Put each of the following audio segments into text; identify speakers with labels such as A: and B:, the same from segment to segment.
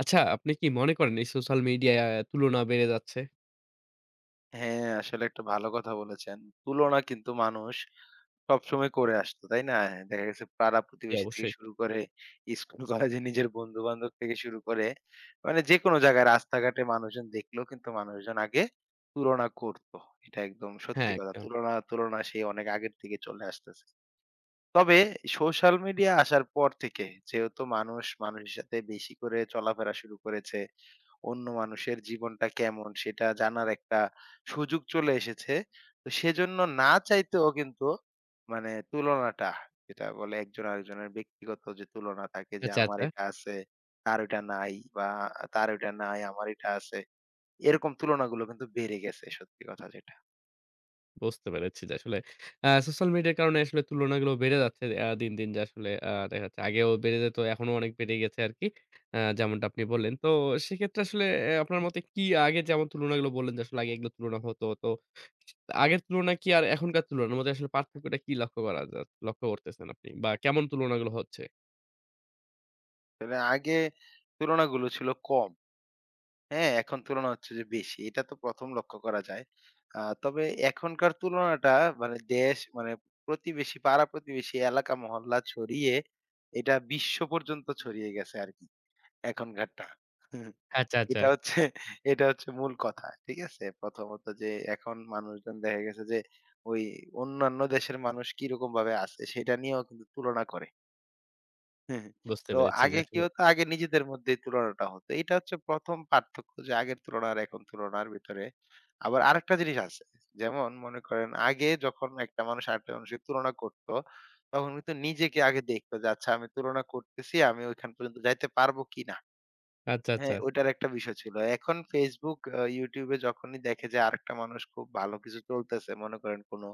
A: আচ্ছা, আপনি কি মনে করেন এই সোশ্যাল মিডিয়ায় তুলনা বেড়ে যাচ্ছে?
B: হ্যাঁ, আসলে একটা ভালো কথা বলেছেন। তুলনা কিন্তু মানুষ সবসময় করে আসতো, তাই না? হ্যাঁ, দেখা গেছে পাড়া
A: জি,
B: প্রতিবেশী থেকে
A: অবশ্যই।
B: শুরু করে স্কুল কলেজে নিজের বন্ধু-বান্ধব থেকে শুরু করে মানে যেকোনো জায়গায় রাস্তাঘাটে মানুষজন দেখলেও কিন্তু মানুষজন আগে তুলনা করতো। এটা একদম সত্যি
A: হ্যাঁ,
B: কথা।
A: একদম।
B: তুলনা, তুলনা সেই অনেক আগের থেকে চলে আসতেছে। তবে সোশ্যাল মিডিয়া আসার পর থেকে যেহেতু মানুষ মানুষের সাথে বেশি করে চলাফেরা শুরু করেছে অন্য মানুষের জীবনটা কেমন সেটা জানার একটা সুযোগ চলে এসেছে। তো সেজন্য না চাইতেও কিন্তু মানে তুলনাটা যেটা বলে একজন আরেকজনের ব্যক্তিগত যে তুলনা থাকে যে
A: আচ্ছা,
B: আমার
A: আচ্ছা।
B: এটা আছে, তার ওইটা নাই বা তার ওইটা নাই, আমার এটা আছে। এরকম তুলনাগুলো কিন্তু বেড়ে গেছে সত্যি কথা যেটা।
A: বুঝতে পেরেছি যে আসলে সোশ্যাল মিডিয়ার কারণে আসলে তুলনাগুলো বেড়ে যাচ্ছে দিন, দিন, যে আসলে দেখা যাচ্ছে আগেও বেড়ে যেত, এখনো অনেক বেড়ে গেছে আরকি। যেমনটা আপনি বললেন। তো সেক্ষেত্রে আসলে আপনার মতে কি আগে যেমন তুলনাগুলো বললেন যে আসলে আগে এগুলো তুলনা হতো। তো আগের তুলনা কি আর এখনকার তুলনার মধ্যে আসলে পার্থক্যটা কি লক্ষ্য করা লক্ষ্য করতেছেন আপনি? বা কেমন তুলনাগুলো হচ্ছে?
B: আসলে আগে তুলনাগুলো ছিল কম। হ্যাঁ, এখন তুলনা হচ্ছে যে বেশি। এটা তো ১ম লক্ষ্য করা যায়। তবে এখনকার তুলনাটা মানে দেশ মানে প্রতিবেশী, পাড়া-প্রতিবেশী, এলাকা, মহল্লা ছড়িয়ে এটা বিশ্ব পর্যন্ত ছড়িয়ে গেছে আরকি এখনকারটা। হুম।
A: আচ্ছা, আচ্ছা।
B: এটা হচ্ছে এটা হচ্ছে মূল কথা। ঠিক আছে? প্রথমত যে এখন মানুষজন দেখা গেছে যে ওই অন্যান্য দেশের মানুষ কিরকমভাবে আছে সেটা নিয়েও কিন্তু তুলনা করে। হ্যাঁ, হ্যাঁ।
A: বুঝতে
B: তো
A: পেরেছি যে
B: আগে কি
A: আসলে
B: হতো? আগে নিজেদের মধ্যেই তুলনাটা হতো। এটা হচ্ছে ১ম পার্থক্য যে আগের তুলনা আর এখন তুলনার ভিতরে। আবার আরেকটা জিনিস আছে। যেমন মনে করেন আগে যখন একটা মানুষ আরেকটা মানুষের তুলনা করত, তখন কিন্তু নিজেকে আগে দেখতো যে আচ্ছা আমি তুলনা করতেছি আমি ওইখান পর্যন্ত যাইতে পারবো কিনা?
A: আচ্ছা, আচ্ছা।
B: হ্যাঁ, ওইটার একটা বিষয় ছিল। এখন Facebook, YouTube এ যখনই দেখে যে আরেকটা মানুষ খুব ভালো কিছু চলতেছে, মনে করেন কোনো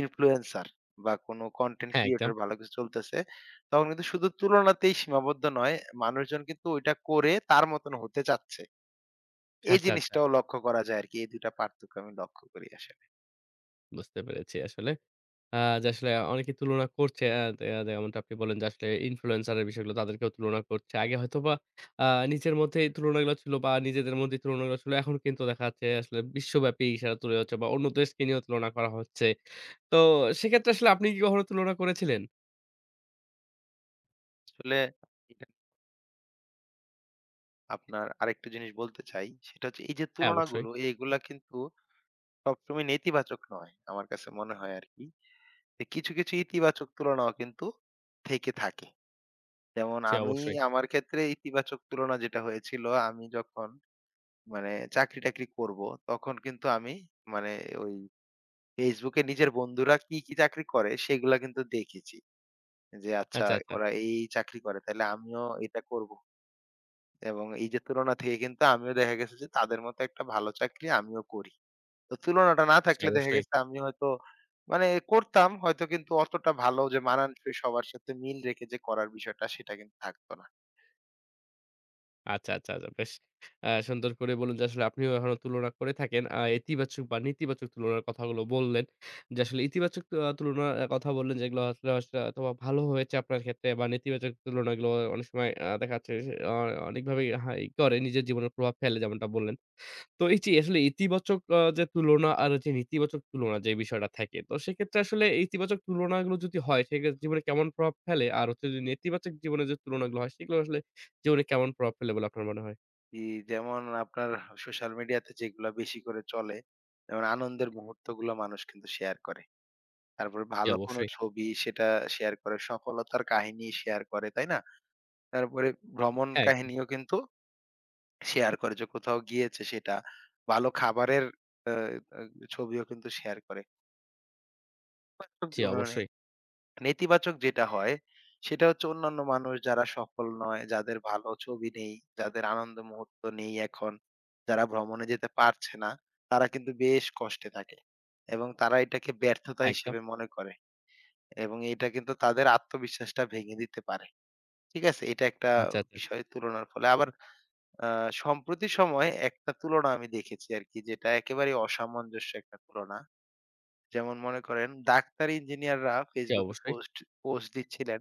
B: ইনফ্লুয়েন্সার বা কোনো কনটেন্ট
A: হ্যাঁ, একদম।
B: ক্রিয়েটর ভালো কিছু চলতেছে, তখন কিন্তু শুধু তুলনাতেই সীমাবদ্ধ নয়, মানুষজন কিন্তু ওইটা করে তার মতন হতে চাচ্ছে। এই
A: আচ্ছা, আচ্ছা।
B: জিনিসটাও লক্ষ্য করা যায় আরকি। এই ২ টা পার্থক্য আমি লক্ষ্য করি আসলে।
A: বুঝতে পেরেছি আসলে। আ যে আসলে অনেকে তুলনা করছে, আ আ যেমনটা আপনি বললেন যে আসলে ইনফ্লুয়েন্সার এর বিষয়গুলো তাদেরকেও তুলনা করছে। আগে হয়তোবা আ নিজের মধ্যে এই তুলনাগুলো ছিল বা নিজেদের মধ্যে এই তুলনাগুলো ছিল। এখন কিন্তু দেখা যাচ্ছে আসলে বিশ্বব্যাপী ইশারা তুলে হচ্ছে বা অন্য দেশকে নিয়েও তুলনা করা হচ্ছে। তো সেক্ষেত্রে আসলে আপনি কি কখনো তুলনা করেছিলেন?
B: আসলে এটা আপনার আরেকটা জিনিস বলতে চাই, সেটা হচ্ছে এই যে
A: হ্যাঁ, অবশ্যই।
B: তুলনাগুলো, এইগুলা কিন্তু সবসময় নেতিবাচক নয়, আমার কাছে মনে হয় আরকি। কিছু, কিছু ইতিবাচক তুলনাও কিন্তু থেকে থাকে। যেমন
A: জি,
B: আমি
A: অবশ্যই।
B: আমার ক্ষেত্রে ইতিবাচক তুলনা যেটা হয়েছিল, আমি যখন মানে চাকরি-টাকরি করব, তখন কিন্তু আমি মানে ওই Facebook এ নিজের বন্ধুরা কি, কি চাকরি করে সেগুলা কিন্তু দেখেছি। যে আচ্ছা
A: আচ্ছা, আচ্ছা।
B: ওরা এই চাকরি করে তাহলে আমিও এটা করব। এবং এই যে তুলনা থেকে কিন্তু আমিও দেখা গেছে যে তাদের মতো একটা ভালো চাকরি আমিও করি। তো তুলনাটা না
A: জি,
B: থাকলে দেখা
A: অবশ্যই।
B: গেছে আমি হয়তো মানে করতাম হয়তো কিন্তু অতটা ভালো যে মানানসই সবার সাথে মিল রেখে যে করার বিষয়টা সেটা কিন্তু থাকতো না।
A: আচ্ছা, আচ্ছা, আচ্ছা। বেশ সুন্দর করে বলুন যে আসলে আপনিও এখনো তুলনা করে থাকেন। ইতিবাচক বা নেতিবাচক তুলনার কথাগুলো বললেন। যে আসলে ইতিবাচক তুলনার কথা বললেন যেগুলো আসলে আসলে হয়তোবা ভালো হয়েছে আপনার ক্ষেত্রে বা নেতিবাচক তুলনাগুলো অনেক সময় দেখা যাচ্ছে যে অনেকভাবেই হা ই করে নিজের জীবনে প্রভাব ফেলে যেমনটা বললেন। তো এই যে আসলে ইতিবাচক যে তুলনা আর যে নেতিবাচক তুলনা যে বিষয়টা থাকে। তো সেক্ষেত্রে আসলে ইতিবাচক তুলনাগুলো যদি হয় সেক্ষেত্রে জীবনে কেমন প্রভাব ফেলে? আর হচ্ছে যে নেতিবাচক জীবনে যে তুলনাগুলো হয় সেগুলো আসলে জীবনে কেমন প্রভাব ফেলে বলে আপনার মনে হয়?
B: ই যেমন আপনার সোশ্যাল মিডিয়াতে যেগুলা বেশি করে চলে, যেমন আনন্দের মুহূর্তগুলো মানুষ কিন্তু শেয়ার করে। তারপরে
A: জি,
B: ভালো কোনো
A: অবশ্যই।
B: ছবি সেটা শেয়ার করে, সফলতার কাহিনী শেয়ার করে, তাই না? তারপরে ভ্রমণ
A: হ্যাঁ, একদম।
B: কাহিনীও কিন্তু শেয়ার করে যে কোথাও গিয়েছে সেটা। ভালো খাবারের আ আ ছবিও কিন্তু শেয়ার করে।
A: জি,
B: মানে
A: অবশ্যই।
B: নেতিবাচক যেটা হয়, সেটা হচ্ছে অন্যান্য মানুষ যারা সফল নয়, যাদের ভালো ছবি নেই, যাদের আনন্দ মুহূর্ত নেই এখন, যারা ভ্রমণে যেতে পারছে না, তারা কিন্তু বেশ কষ্টে থাকে। এবং তারা এটাকে ব্যর্থতা
A: হ্যাঁ, একদম।
B: হিসেবে মনে করে। এবং এটা কিন্তু তাদের আত্মবিশ্বাসটা ভেঙে দিতে পারে। ঠিক আছে? এটা একটা
A: আচ্ছা, আচ্ছা।
B: বিষয় তুলনার ফলে। আবার আ সম্প্রতি সময়ে একটা তুলনা আমি দেখেছি আরকি যেটা একেবারেই অসামঞ্জস্য একটা তুলনা। যেমন মনে করেন ডাক্তার, ইঞ্জিনিয়াররা
A: জি,
B: Facebook এ
A: অবশ্যই।
B: পোস্ট পোস্ট দিচ্ছিলেন।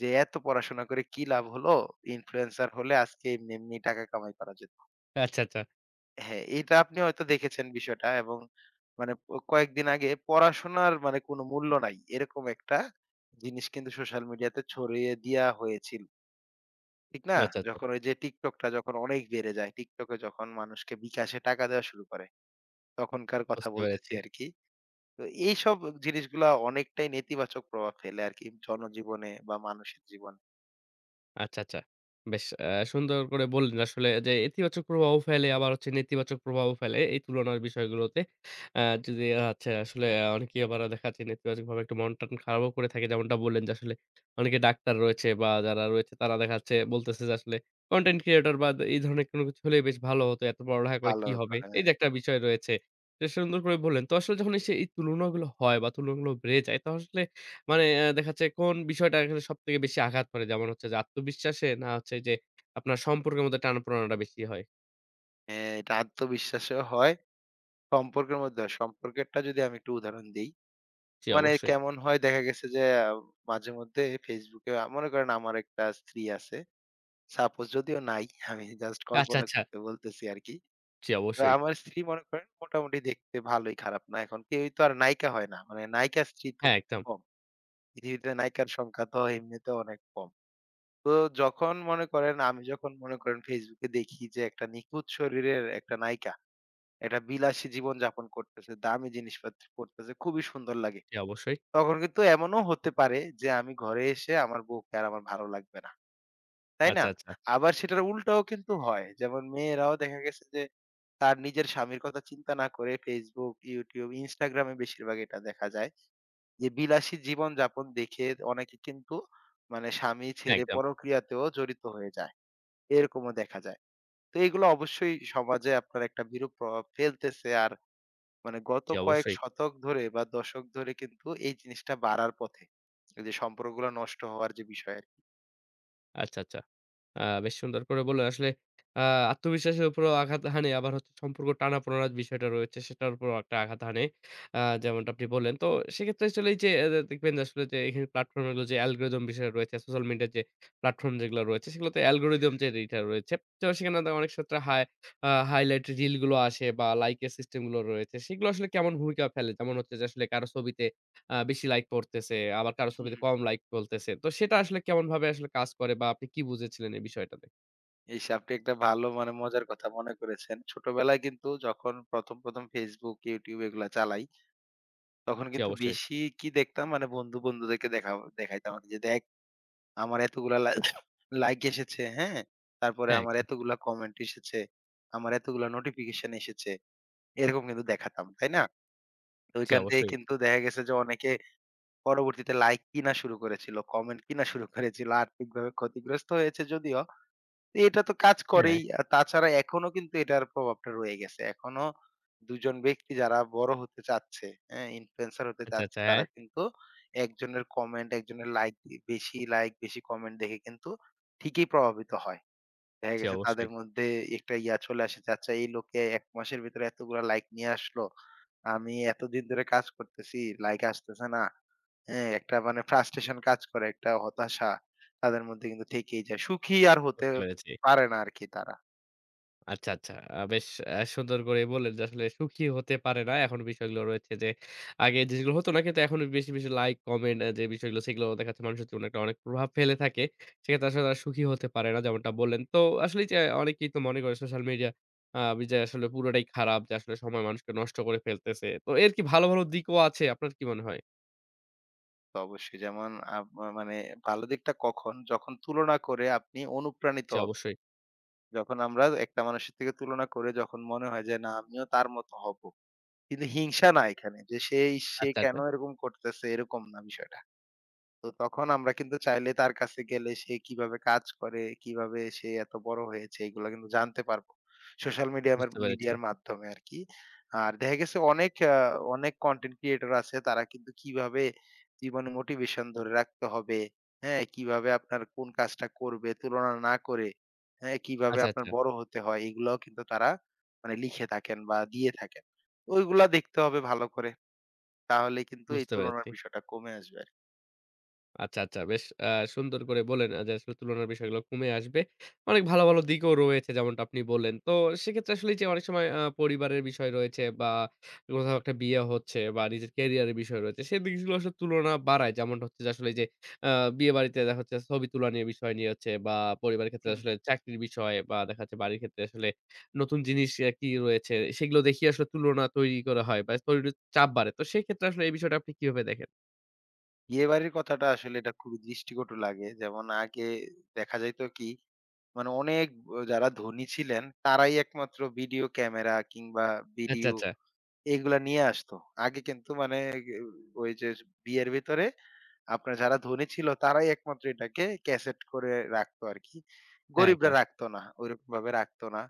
B: যে এত পড়াশোনা করে কি লাভ হলো? ইনফ্লুয়েন্সার হলে আজকে এমনি, এমনি টাকা কামাই করা যেত।
A: আচ্ছা, আচ্ছা।
B: হ্যাঁ, এটা আপনি হয়তো দেখেছেন বিষয়টা এবং মানে কয়েকদিন আগে পড়াশোনার মানে কোনো মূল্য নাই। এরকম একটা জিনিস কিন্তু সোশ্যাল মিডিয়াতে ছড়িয়ে দেয়া হয়েছিল। ঠিক না?
A: আচ্ছা, আচ্ছা।
B: যখন ওই যে TikTok টা যখন অনেক বেড়ে যায়। TikTok এ যখন মানুষকে বিকাশে টাকা দেওয়া শুরু করে। তখনকার কথা
A: বুঝতে
B: বলতেছি
A: পেরেছি।
B: আরকি। তো এইসব জিনিসগুলা অনেকটাই নেতিবাচক প্রভাব ফেলে আরকি জনজীবনে বা মানুষের জীবনে।
A: আচ্ছা, আচ্ছা। বেশ সুন্দর করে বললেন আসলে যে ইতিবাচক প্রভাবও ফেলে আবার হচ্ছে নেতিবাচক প্রভাবও ফেলে এই তুলনার বিষয়গুলোতে। আ যদি আচ্ছা আসলে অনেকেই আবার দেখা যাচ্ছে নেতিবাচকভাবে একটু মন-টন খারাপও করে থাকে। যেমনটা বললেন যে আসলে অনেকে ডাক্তার রয়েছে বা যারা রয়েছে তারা দেখা যাচ্ছে বলতেছে যে আসলে কনটেন্ট ক্রিয়েটর বা এই ধরনের কোনো কিছু হলেই বেশ ভালো হতো। এত পড়ালেখা করে
B: ভালো
A: কি
B: হতো,
A: হবে? এই
B: হ্যাঁ।
A: যে একটা বিষয় রয়েছে। বেশ সুন্দর করে বললেন। তো আসলে যখন এই সেই তুলনাগুলো হয় বা তুলনাগুলো বেড়ে যায় তখন আসলে মানে দেখা যাচ্ছে কোন বিষয়টা এখানে সবথেকে বেশি আঘাত করে? যেমন হচ্ছে যে আত্মবিশ্বাসে? না হচ্ছে যে আপনার সম্পর্কের মধ্যে টানাপোড়েনটা বেশি হয়?
B: হ্যাঁ, এটা আত্মবিশ্বাসেও হয়, সম্পর্কের মধ্যে হয়। সম্পর্কেরটা যদি আমি একটু উদাহরণ দেই।
A: জি,
B: মানে
A: অবশ্যই।
B: কেমন হয় দেখা গেছে যে মাঝে মধ্যে Facebook এ মনে করেন আমার একটা স্ত্রী আছে। সাপোজ যদিও নাই, আমি জাস্ট
A: আচ্ছা,
B: কল্পনা
A: আচ্ছা।
B: করতে বলতেছি আরকি।
A: জি,
B: তো
A: অবশ্যই।
B: আমার স্ত্রী মনে করেন মোটামুটি দেখতে ভালোই, খারাপ না। এখন কেউই তো আর নায়িকা হয় না। মানে নায়িকা স্ত্রী তো
A: হ্যাঁ,
B: খুব
A: একদম।
B: কম। পৃথিবীতে নায়িকার সংখ্যা তো এমনিতেও অনেক কম। তো যখন মনে করেন আমি যখন মনে করেন Facebook এ দেখি যে একটা নিখুঁত শরীরের একটা নায়িকা একটা বিলাসী জীবনযাপন করতেছে, দামি জিনিসপত্র পড়তেছে, খুবই সুন্দর লাগে।
A: জি, অবশ্যই।
B: তখন কিন্তু এমনও হতে পারে যে আমি ঘরে এসে আমার বউকে আর আমার ভালো লাগবে না। তাই না?
A: আচ্ছা, আচ্ছা।
B: আবার সেটার উল্টাও কিন্তু হয়। যেমন মেয়েরাও দেখা গেছে যে তার নিজের স্বামীর কথা চিন্তা না করে Facebook, YouTube, Instagram এ বেশিরভাগ এটা দেখা যায়। যে বিলাসী জীবনযাপন দেখে অনেকে কিন্তু মানে স্বামী
A: হ্যাঁ,
B: ছেড়ে
A: একদম।
B: পরক্রিয়াতেও জড়িত হয়ে যায়। এরকমও দেখা যায়। তো এগুলো অবশ্যই সমাজে আপনার একটা বিরূপ প্রভাব ফেলতেছে। আর মানে গত
A: জি,
B: কয়েক
A: অবশ্যই।
B: শতক ধরে বা দশক ধরে কিন্তু এই জিনিসটা বাড়ার পথে। এই যে সম্পর্কগুলো নষ্ট হওয়ার যে বিষয় আরকি।
A: আচ্ছা, আচ্ছা। বেশ সুন্দর করে বললেন। আসলে আ আত্মবিশ্বাসের উপরেও আঘাত হানে, আবার হচ্ছে সম্পর্ক টানাপোড়েনের বিষয়টা রয়েছে সেটার উপরেও একটা আঘাত হানে। যেমনটা আপনি বললেন। তো সেক্ষেত্রে আসলে এই যে দেখবেন যে আসলে যে এখানে প্ল্যাটফর্ম গুলো যে অ্যালগরিদম বিষয় রয়েছে, সোশ্যাল মিডিয়ার যে প্ল্যাটফর্ম যেগুলো রয়েছে সেগুলোতে অ্যালগরিদম যে এইটা রয়েছে। তো সেখানে তো অনেক ক্ষেত্রে হাইলাইট রিল গুলো আসে বা লাইকের সিস্টেম গুলো রয়েছে। সেগুলো আসলে কেমন ভূমিকা ফেলে? যেমন হচ্ছে যে আসলে কারো ছবিতে বেশি লাইক পড়তেছে, আবার কারো
B: হুম,
A: ছবিতে
B: হুম।
A: কম লাইক পড়তেছে। তো সেটা আসলে কেমনভাবে আসলে কাজ করে বা আপনি কি বুঝেছিলেন এই বিষয়টাতে?
B: এই সে আপনি একটা ভালো মানে মজার কথা মনে করেছেন। ছোটবেলায় কিন্তু যখন ১ম Facebook, YouTube এগুলা চালাই, তখন
A: জি,
B: কিন্তু
A: অবশ্যই।
B: বেশি কি দেখতাম মানে বন্ধুদেরকে দেখাও দেখাইতাম আরকি যে, "দেখ আমার এতগুলা লাইক এসেছে, হ্যাঁ? তারপরে
A: হ্যাঁ,
B: আমার
A: একদম।
B: এতগুলা কমেন্ট এসেছে, আমার এতগুলা নোটিফিকেশন এসেছে।" এরকম কিন্তু দেখাতাম, তাই না? তো
A: জি,
B: ওইখান থেকে
A: অবশ্যই।
B: কিন্তু দেখা গেছে যে অনেকে পরবর্তীতে লাইক কিনা শুরু করেছিল, কমেন্ট কিনা শুরু করেছিল। আর্থিকভাবে ক্ষতিগ্রস্ত হয়েছে যদিও, তো এটা তো কাজ
A: হ্যাঁ।
B: করেই। আর তাছাড়া এখনো কিন্তু এটার প্রভাবটা রয়ে গেছে। এখনো ২ জন ব্যক্তি যারা বড় হতে চাচ্ছে, হ্যাঁ? ইনফ্লুয়েন্সার হতে
A: আচ্ছা,
B: চাচ্ছে
A: আচ্ছা। হ্যাঁ।
B: তারা কিন্তু একজনের কমেন্ট, একজনের লাইক দিয়ে বেশি লাইক, বেশি কমেন্ট দেখে কিন্তু ঠিকই প্রভাবিত হয়। দেখা
A: জি,
B: গেছে তাদের
A: অবশ্যই।
B: মধ্যে একটা ইয়া চলে আসে যে, "আচ্ছা এই লোকে ১ মাসের ভিতরে এতগুলা লাইক নিয়ে আসলো। আমি এতদিন ধরে কাজ করতেছি, লাইক আসতেছে না।" হ্যাঁ, একটা মানে frustration কাজ করে, একটা হতাশা তাদের মধ্যে কিন্তু থেকেই যায়। সুখী আর হতে
A: বুঝতে পেরেছি।
B: পারে না আরকি তারা।
A: আচ্ছা, আচ্ছা। বেশ সুন্দর করে বললেন যে আসলে সুখী হতে পারে না। এখন বিষয়গুলো রয়েছে যে আগে যে জিনিসগুলো হতো না কিন্তু এখন বেশি, বেশি লাইক, কমেন্ট যে বিষয়গুলো সেগুলো দেখা যাচ্ছে মানুষের জীবনে একটা অনেক প্রভাব ফেলে থাকে। সেক্ষেত্রে আসলে তারা সুখী হতে পারে না যেমনটা বললেন। তো আসলেই যে অনেকেই তো মনে করে সোশ্যাল মিডিয়া আ বি যে আসলে পুরোটাই খারাপ যে আসলে সময় মানুষকে নষ্ট করে ফেলতেছে। তো এর কি ভালো, ভালো দিকও আছে? আপনার কি মনে হয়?
B: তো অবশ্যই যেমন আপ আ মানে ভালো দিকটা কখন? যখন তুলনা করে আপনি অনুপ্রাণিত
A: জি,
B: হবেন।
A: অবশ্যই।
B: যখন আমরা একটা মানুষের থেকে তুলনা করে যখন মনে হয় যে, "না, আমিও তার মতো হবো।" কিন্তু হিংসা না এখানে যে, "সে
A: আচ্ছা,
B: কেন
A: আচ্ছা।
B: এরকম করতেছে?" এরকম না বিষয়টা। তো তখন আমরা কিন্তু চাইলে তার কাছে গেলে সে কিভাবে কাজ করে, কিভাবে সে এত বড় হয়েছে এগুলা কিন্তু জানতে পারবো। সোশ্যাল মিডিয়ামের
A: বুঝতে পেরেছি।
B: মিডিয়ার মাধ্যমে আরকি। আর দেখা গেছে অনেক কনটেন্ট ক্রিয়েটর আছে তারা কিন্তু কিভাবে জীবনে মোটিভেশন ধরে রাখতে হবে, হ্যাঁ? কিভাবে আপনার কোন কাজটা করবে তুলনা না করে, হ্যাঁ? কিভাবে
A: আচ্ছা,
B: আপনার
A: আচ্ছা।
B: বড় হতে হয় এগুলাও কিন্তু তারা মানে লিখে থাকেন বা দিয়ে থাকেন। ওইগুলা দেখতে হবে ভালো করে। তাহলে কিন্তু এই
A: বুঝতে
B: তুলনার
A: পেরেছি।
B: বিষয়টা কমে আসবে
A: আচ্ছা, আচ্ছা। বেশ সুন্দর করে বললেন যে আসলে তুলনার বিষয়গুলো কমে আসবে। অনেক ভালো, ভালো দিকও রয়েছে যেমনটা আপনি বললেন। তো সেক্ষেত্রে আসলে যে অনেক সময় পরিবারের বিষয় রয়েছে বা কোথাও একটা বিয়ে হচ্ছে বা নিজের ক্যারিয়ারের বিষয় রয়েছে। সেই জিনিসগুলো আসলে তুলনা বাড়ায়। যেমনটা হচ্ছে যে আসলে এই যে আ বিয়েবাড়িতে দেখা যাচ্ছে ছবি তোলা নিয়ে বিষয় নিয়ে হচ্ছে বা পরিবারের ক্ষেত্রে
B: আরকি।
A: আসলে চাকরির বিষয় বা দেখা যাচ্ছে বাড়ির ক্ষেত্রে আসলে নতুন জিনিস কি রয়েছে সেগুলো দেখিয়ে আসলে তুলনা তৈরি করা হয় বা শরীরের চাপ বাড়ে। তো সেক্ষেত্রে আসলে এই বিষয়টা আপনি কিভাবে দেখেন?
B: বিয়েবাড়ির কথাটা আসলে এটা খুবই দৃষ্টিকটু লাগে। যেমন আগে দেখা যাইত কি মানে অনেক যারা ধনী ছিলেন তারাই একমাত্র ভিডিও ক্যামেরা কিংবা
A: আচ্ছা,
B: ভিডিও
A: আচ্ছা।
B: এগুলা নিয়ে আসতো। আগে কিন্তু মানে ওই যে বিয়ের ভিতরে আপনার যারা ধনী ছিল তারাই একমাত্র এটাকে ক্যাসেট করে রাখতো আরকি।
A: হ্যাঁ,
B: গরিবরা
A: একদম।
B: রাখতো না। ওইরকমভাবে রাখতো না।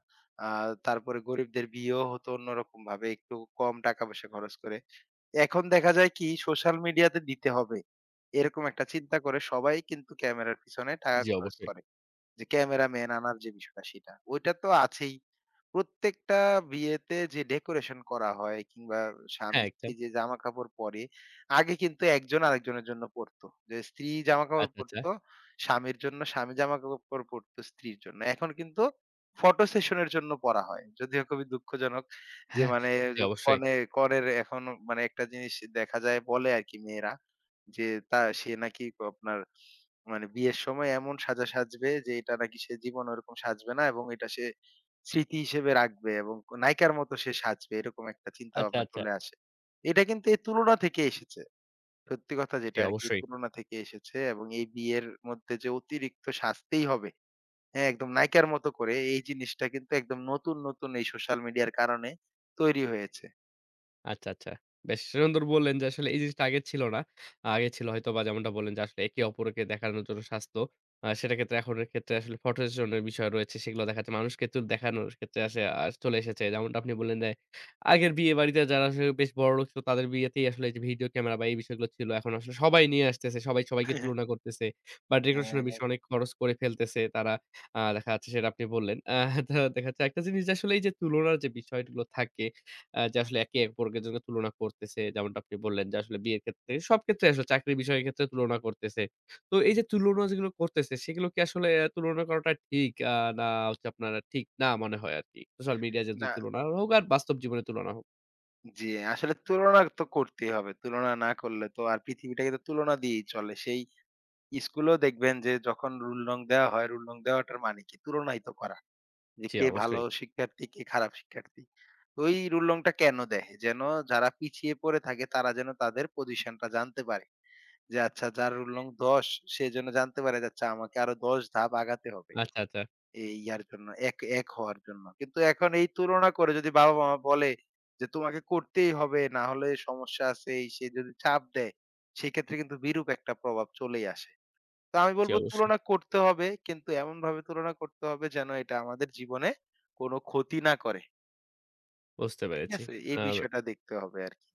B: আ তারপরে গরিবদের বিয়েও হতো অন্যরকমভাবে একটু কম টাকা পয়সা খরচ করে। এখন দেখা যায় কি সোশ্যাল মিডিয়াতে দিতে হবে। এরকম একটা চিন্তা করে সবাই কিন্তু ক্যামেরার পিছনে টাকা
A: জি,
B: খরচ
A: অবশ্যই।
B: করে। যে ক্যামেরাম্যান আনার যে বিষয়টা সেটা। ওইটা তো আছেই। প্রত্যেকটা বিয়েতে যে ডেকোরেশন করা হয় কিংবা
A: হ্যাঁ,
B: স্বামী-স্ত্রী
A: একদম।
B: যে জামাকাপড় পরে, আগে কিন্তু একজন আরেকজনের জন্য পরতো। যে স্ত্রী জামাকাপড়
A: আচ্ছা, আচ্ছা।
B: পরতো স্বামীর জন্য, স্বামী জামাকাপড় পরতো স্ত্রীর জন্য। এখন কিন্তু ফটো সেশন এর জন্য পরা হয়। যদিও খুবই দুঃখজনক যে
A: হ্যাঁ,
B: মানে
A: জি
B: যে
A: অবশ্যই।
B: কনের এখন মানে একটা জিনিস দেখা যায় বলে আরকি মেয়েরা যে তা সে নাকি আপনার মানে বিয়ের সময় এমন সাজা সাজবে যে এটা নাকি সে জীবনে ওরকম সাজবে না এবং এটা সে স্মৃতি হিসেবে রাখবে এবং নায়িকার মতো সে সাজবে এরকম একটা চিন্তা
A: আচ্ছা,
B: ভাবনা
A: আচ্ছা।
B: চলে আসে। এটা কিন্তু এই তুলনা থেকে এসেছে। সত্যি কথা
A: জি
B: যেটা আরকি এই
A: অবশ্যই।
B: তুলনা থেকে এসেছে এবং এই বিয়ের মধ্যে যে অতিরিক্ত সাজতেই হবে, হ্যাঁ, একদম নায়িকার মতো করে এই জিনিসটা কিন্তু একদম নতুন, নতুন এই সোশ্যাল মিডিয়ার কারণে তৈরি হয়েছে।
A: আচ্ছা, আচ্ছা। বেশ সুন্দর বললেন যে আসলে এই জিনিসটা আগে ছিল না। আগে ছিল হয়তোবা যেমনটা বললেন যে আসলে একে অপরকে দেখানোর জন্য স্বাস্থ্য। সেটা ক্ষেত্রে এখনের ক্ষেত্রে আসলে ফটো সেশন এর বিষয় রয়েছে। সেগুলো দেখা যাচ্ছে মানুষকে চুল দেখানোর ক্ষেত্রে আসে চলে এসেছে। যেমনটা আপনি বললেন যে আগের বিয়ে বাড়িতে যারা আসলে বেশ বড়লোক ছিল তাদের বিয়েতেই আসলে এই যে ভিডিও ক্যামেরা বা এই বিষয়গুলো ছিল। এখন আসলে সবাই নিয়ে আসতেছে। সবাই সবাইকে তুলনা করতেছে বা ডেকোরেশন
B: হ্যাঁ,
A: এর বিষয়ে অনেক খরচ করে ফেলতেছে তারা। দেখা যাচ্ছে সেটা আপনি বললেন। তো দেখা যাচ্ছে একটা জিনিস যে আসলে এই যে তুলনার যে বিষয়গুলো থাকে যে আসলে একে অপরকে জন্য তুলনা করতেছে। যেমনটা আপনি বললেন যে আসলে বিয়ের ক্ষেত্রে, সব ক্ষেত্রে আসলে চাকরির বিষয়ের ক্ষেত্রে তুলনা করতেছে। তো এই যে তুলনা যেগুলো করতেছে সেগুলো কি আসলে তুলনা করাটা ঠিক না হচ্ছে আপনার ঠিক না মনে হয় আরকি? সোশ্যাল মিডিয়ায় যে ২
B: না,
A: তুলনা হোক আর বাস্তব জীবনে তুলনা হোক।
B: জি, আসলে তুলনা তো করতেই হবে। তুলনা না করলে তো আর পৃথিবীটাকে তো তুলনা দিয়েই চলে। সেই স্কুলেও দেখবেন যে যখন রুল নং দেওয়া হয়, রুল নং দেওয়াটার মানে কি? তুলনাই তো করা। যে
A: জি,
B: কে ভালো
A: অবশ্যই।
B: শিক্ষার্থী, কে খারাপ শিক্ষার্থী। তো ওই রুল নংটা কেন দেয়? যেন যারা পিছিয়ে পড়ে থাকে তারা যেন তাদের পজিশনটা জানতে পারে। যে আচ্ছা যার রুল নং ১০ সে যেন জানতে পারে যে আচ্ছা আমাকে আরো ১০ ধাপ আগাতে হবে।
A: আচ্ছা, আচ্ছা।
B: এই ইয়ার জন্য এক, এক হওয়ার জন্য। কিন্তু এখন এই তুলনা করে যদি বাবা-মা বলে যে তোমাকে করতেই হবে না হলে সমস্যা আছে এই সেই যদি চাপ দেয়, সেক্ষেত্রে কিন্তু বিরূপ একটা প্রভাব চলেই আসে। তো আমি
A: জি,
B: বলব
A: অবশ্যই।
B: তুলনা করতে হবে। কিন্তু এমনভাবে তুলনা করতে হবে যেন এটা আমাদের জীবনে কোন ক্ষতি না করে।
A: বুঝতে
B: ঠিক
A: পেরেছি।
B: আছে? এই
A: আ
B: বিষয়টা দেখতে হবে আরকি।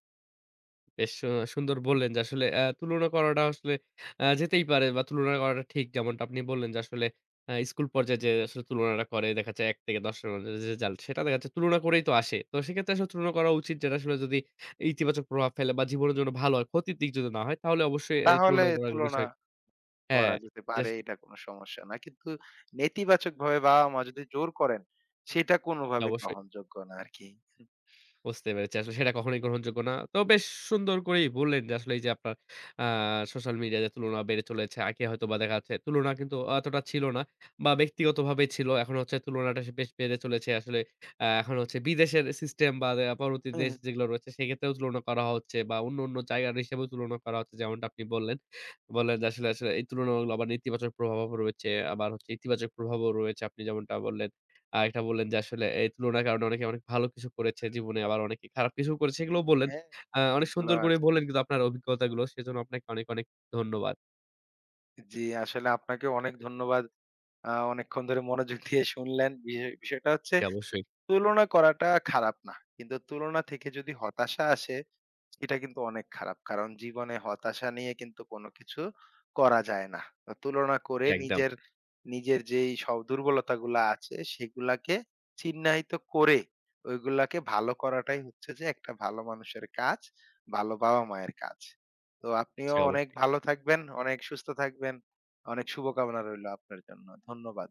A: বেশ সুন্দর বললেন যে আসলে তুলনা করাটা আসলে যেতেই পারে বা তুলনা করাটা ঠিক। যেমনটা আপনি বললেন যে আসলে স্কুল পর্যায়ে যে আসলে তুলনাটা করে দেখা যায় ১ থেকে ১০ এর মধ্যে যে রেজাল্ট সেটা দেখা যাচ্ছে তুলনা করেই তো আসে। তো সেক্ষেত্রে আসলে তুলনা করা উচিত যেটা আসলে যদি ইতিবাচক প্রভাব ফেলে বা জীবনের জন্য ভালো হয়, ক্ষতির দিক যদি না হয় তাহলে অবশ্যই এই
B: তাহলে
A: তুলনা করার
B: তুলনা
A: বিষয় হ্যাঁ,
B: করা যেতে
A: যে
B: পারে,
A: আসলে-
B: এটা কোন সমস্যা না। কিন্তু নেতিবাচকভাবে বাবা-মা যদি জোর করেন, সেটা কোনভাবে
A: অবশ্যই
B: গ্রহণযোগ্য না আরকি।
A: বুঝতে পেরেছি। আসলে সেটা কখনোই গ্রহণযোগ্য না। তো বেশ সুন্দর করেই বললেন যে আসলে এই যে আপনার আ সোশ্যাল মিডিয়ায় তুলনা বেড়ে চলেছে। আগে হয়তোবা দেখা যাচ্ছে তুলনা কিন্তু অতটা ছিল না বা ব্যক্তিগতভাবে ছিল। এখন হচ্ছে তুলনাটা সে বেশ বেড়ে চলেছে। আসলে এখন হচ্ছে বিদেশের সিস্টেম বা পরবর্তী
B: হুম।
A: দেশ যেগুলো রয়েছে সেক্ষেত্রেও তুলনা করা হচ্ছে বা অন্য, অন্য জায়গার হিসেবেও তুলনা করা হচ্ছে যেমনটা আপনি বললেন। বললেন যে আসলে, আসলে এই তুলনাগুলো আবার নেতিবাচক প্রভাবও রয়েছে। আবার হচ্ছে ইতিবাচক প্রভাবও রয়েছে আপনি যেমনটা বললেন। আরেকটা বললেন যে আসলে এই তুলনার কারণে অনেকে অনেক ভালো কিছু করেছে জীবনে, আবার অনেকে খারাপ কিছু করেছে এগুলোও বললেন।
B: হ্যাঁ,
A: অনেক
B: এগুলো
A: সুন্দর করে
B: আছে।
A: বললেন কিন্তু আপনার অভিজ্ঞতাগুলো। সেজন্য আপনাকে অনেক, অনেক ধন্যবাদ।
B: জি, আসলে আপনাকে অনেক ধন্যবাদ। অনেকক্ষণ ধরে মনোযোগ দিয়ে শুনলেন। বিষয়টা হচ্ছে
A: জি, অবশ্যই।
B: তুলনা করাটা খারাপ না। কিন্তু তুলনা থেকে যদি হতাশা আসে এটা কিন্তু অনেক খারাপ। কারণ জীবনে হতাশা নিয়ে কিন্তু কোনো কিছু করা যায় না। তো তুলনা করে
A: জি, একদম।
B: নিজের, নিজের যেই সব দুর্বলতাগুলা আছে সেগুলাকে চিহ্নিত করে ওইগুলাকে ভালো করাটাই হচ্ছে যে একটা ভালো মানুষের কাজ, ভালো বাবা-মায়ের কাজ। তো
A: জি,
B: আপনিও অনেক
A: অবশ্যই।
B: ভালো থাকবেন, অনেক সুস্থ থাকবেন। অনেক শুভকামনা রইলো আপনার জন্য। ধন্যবাদ।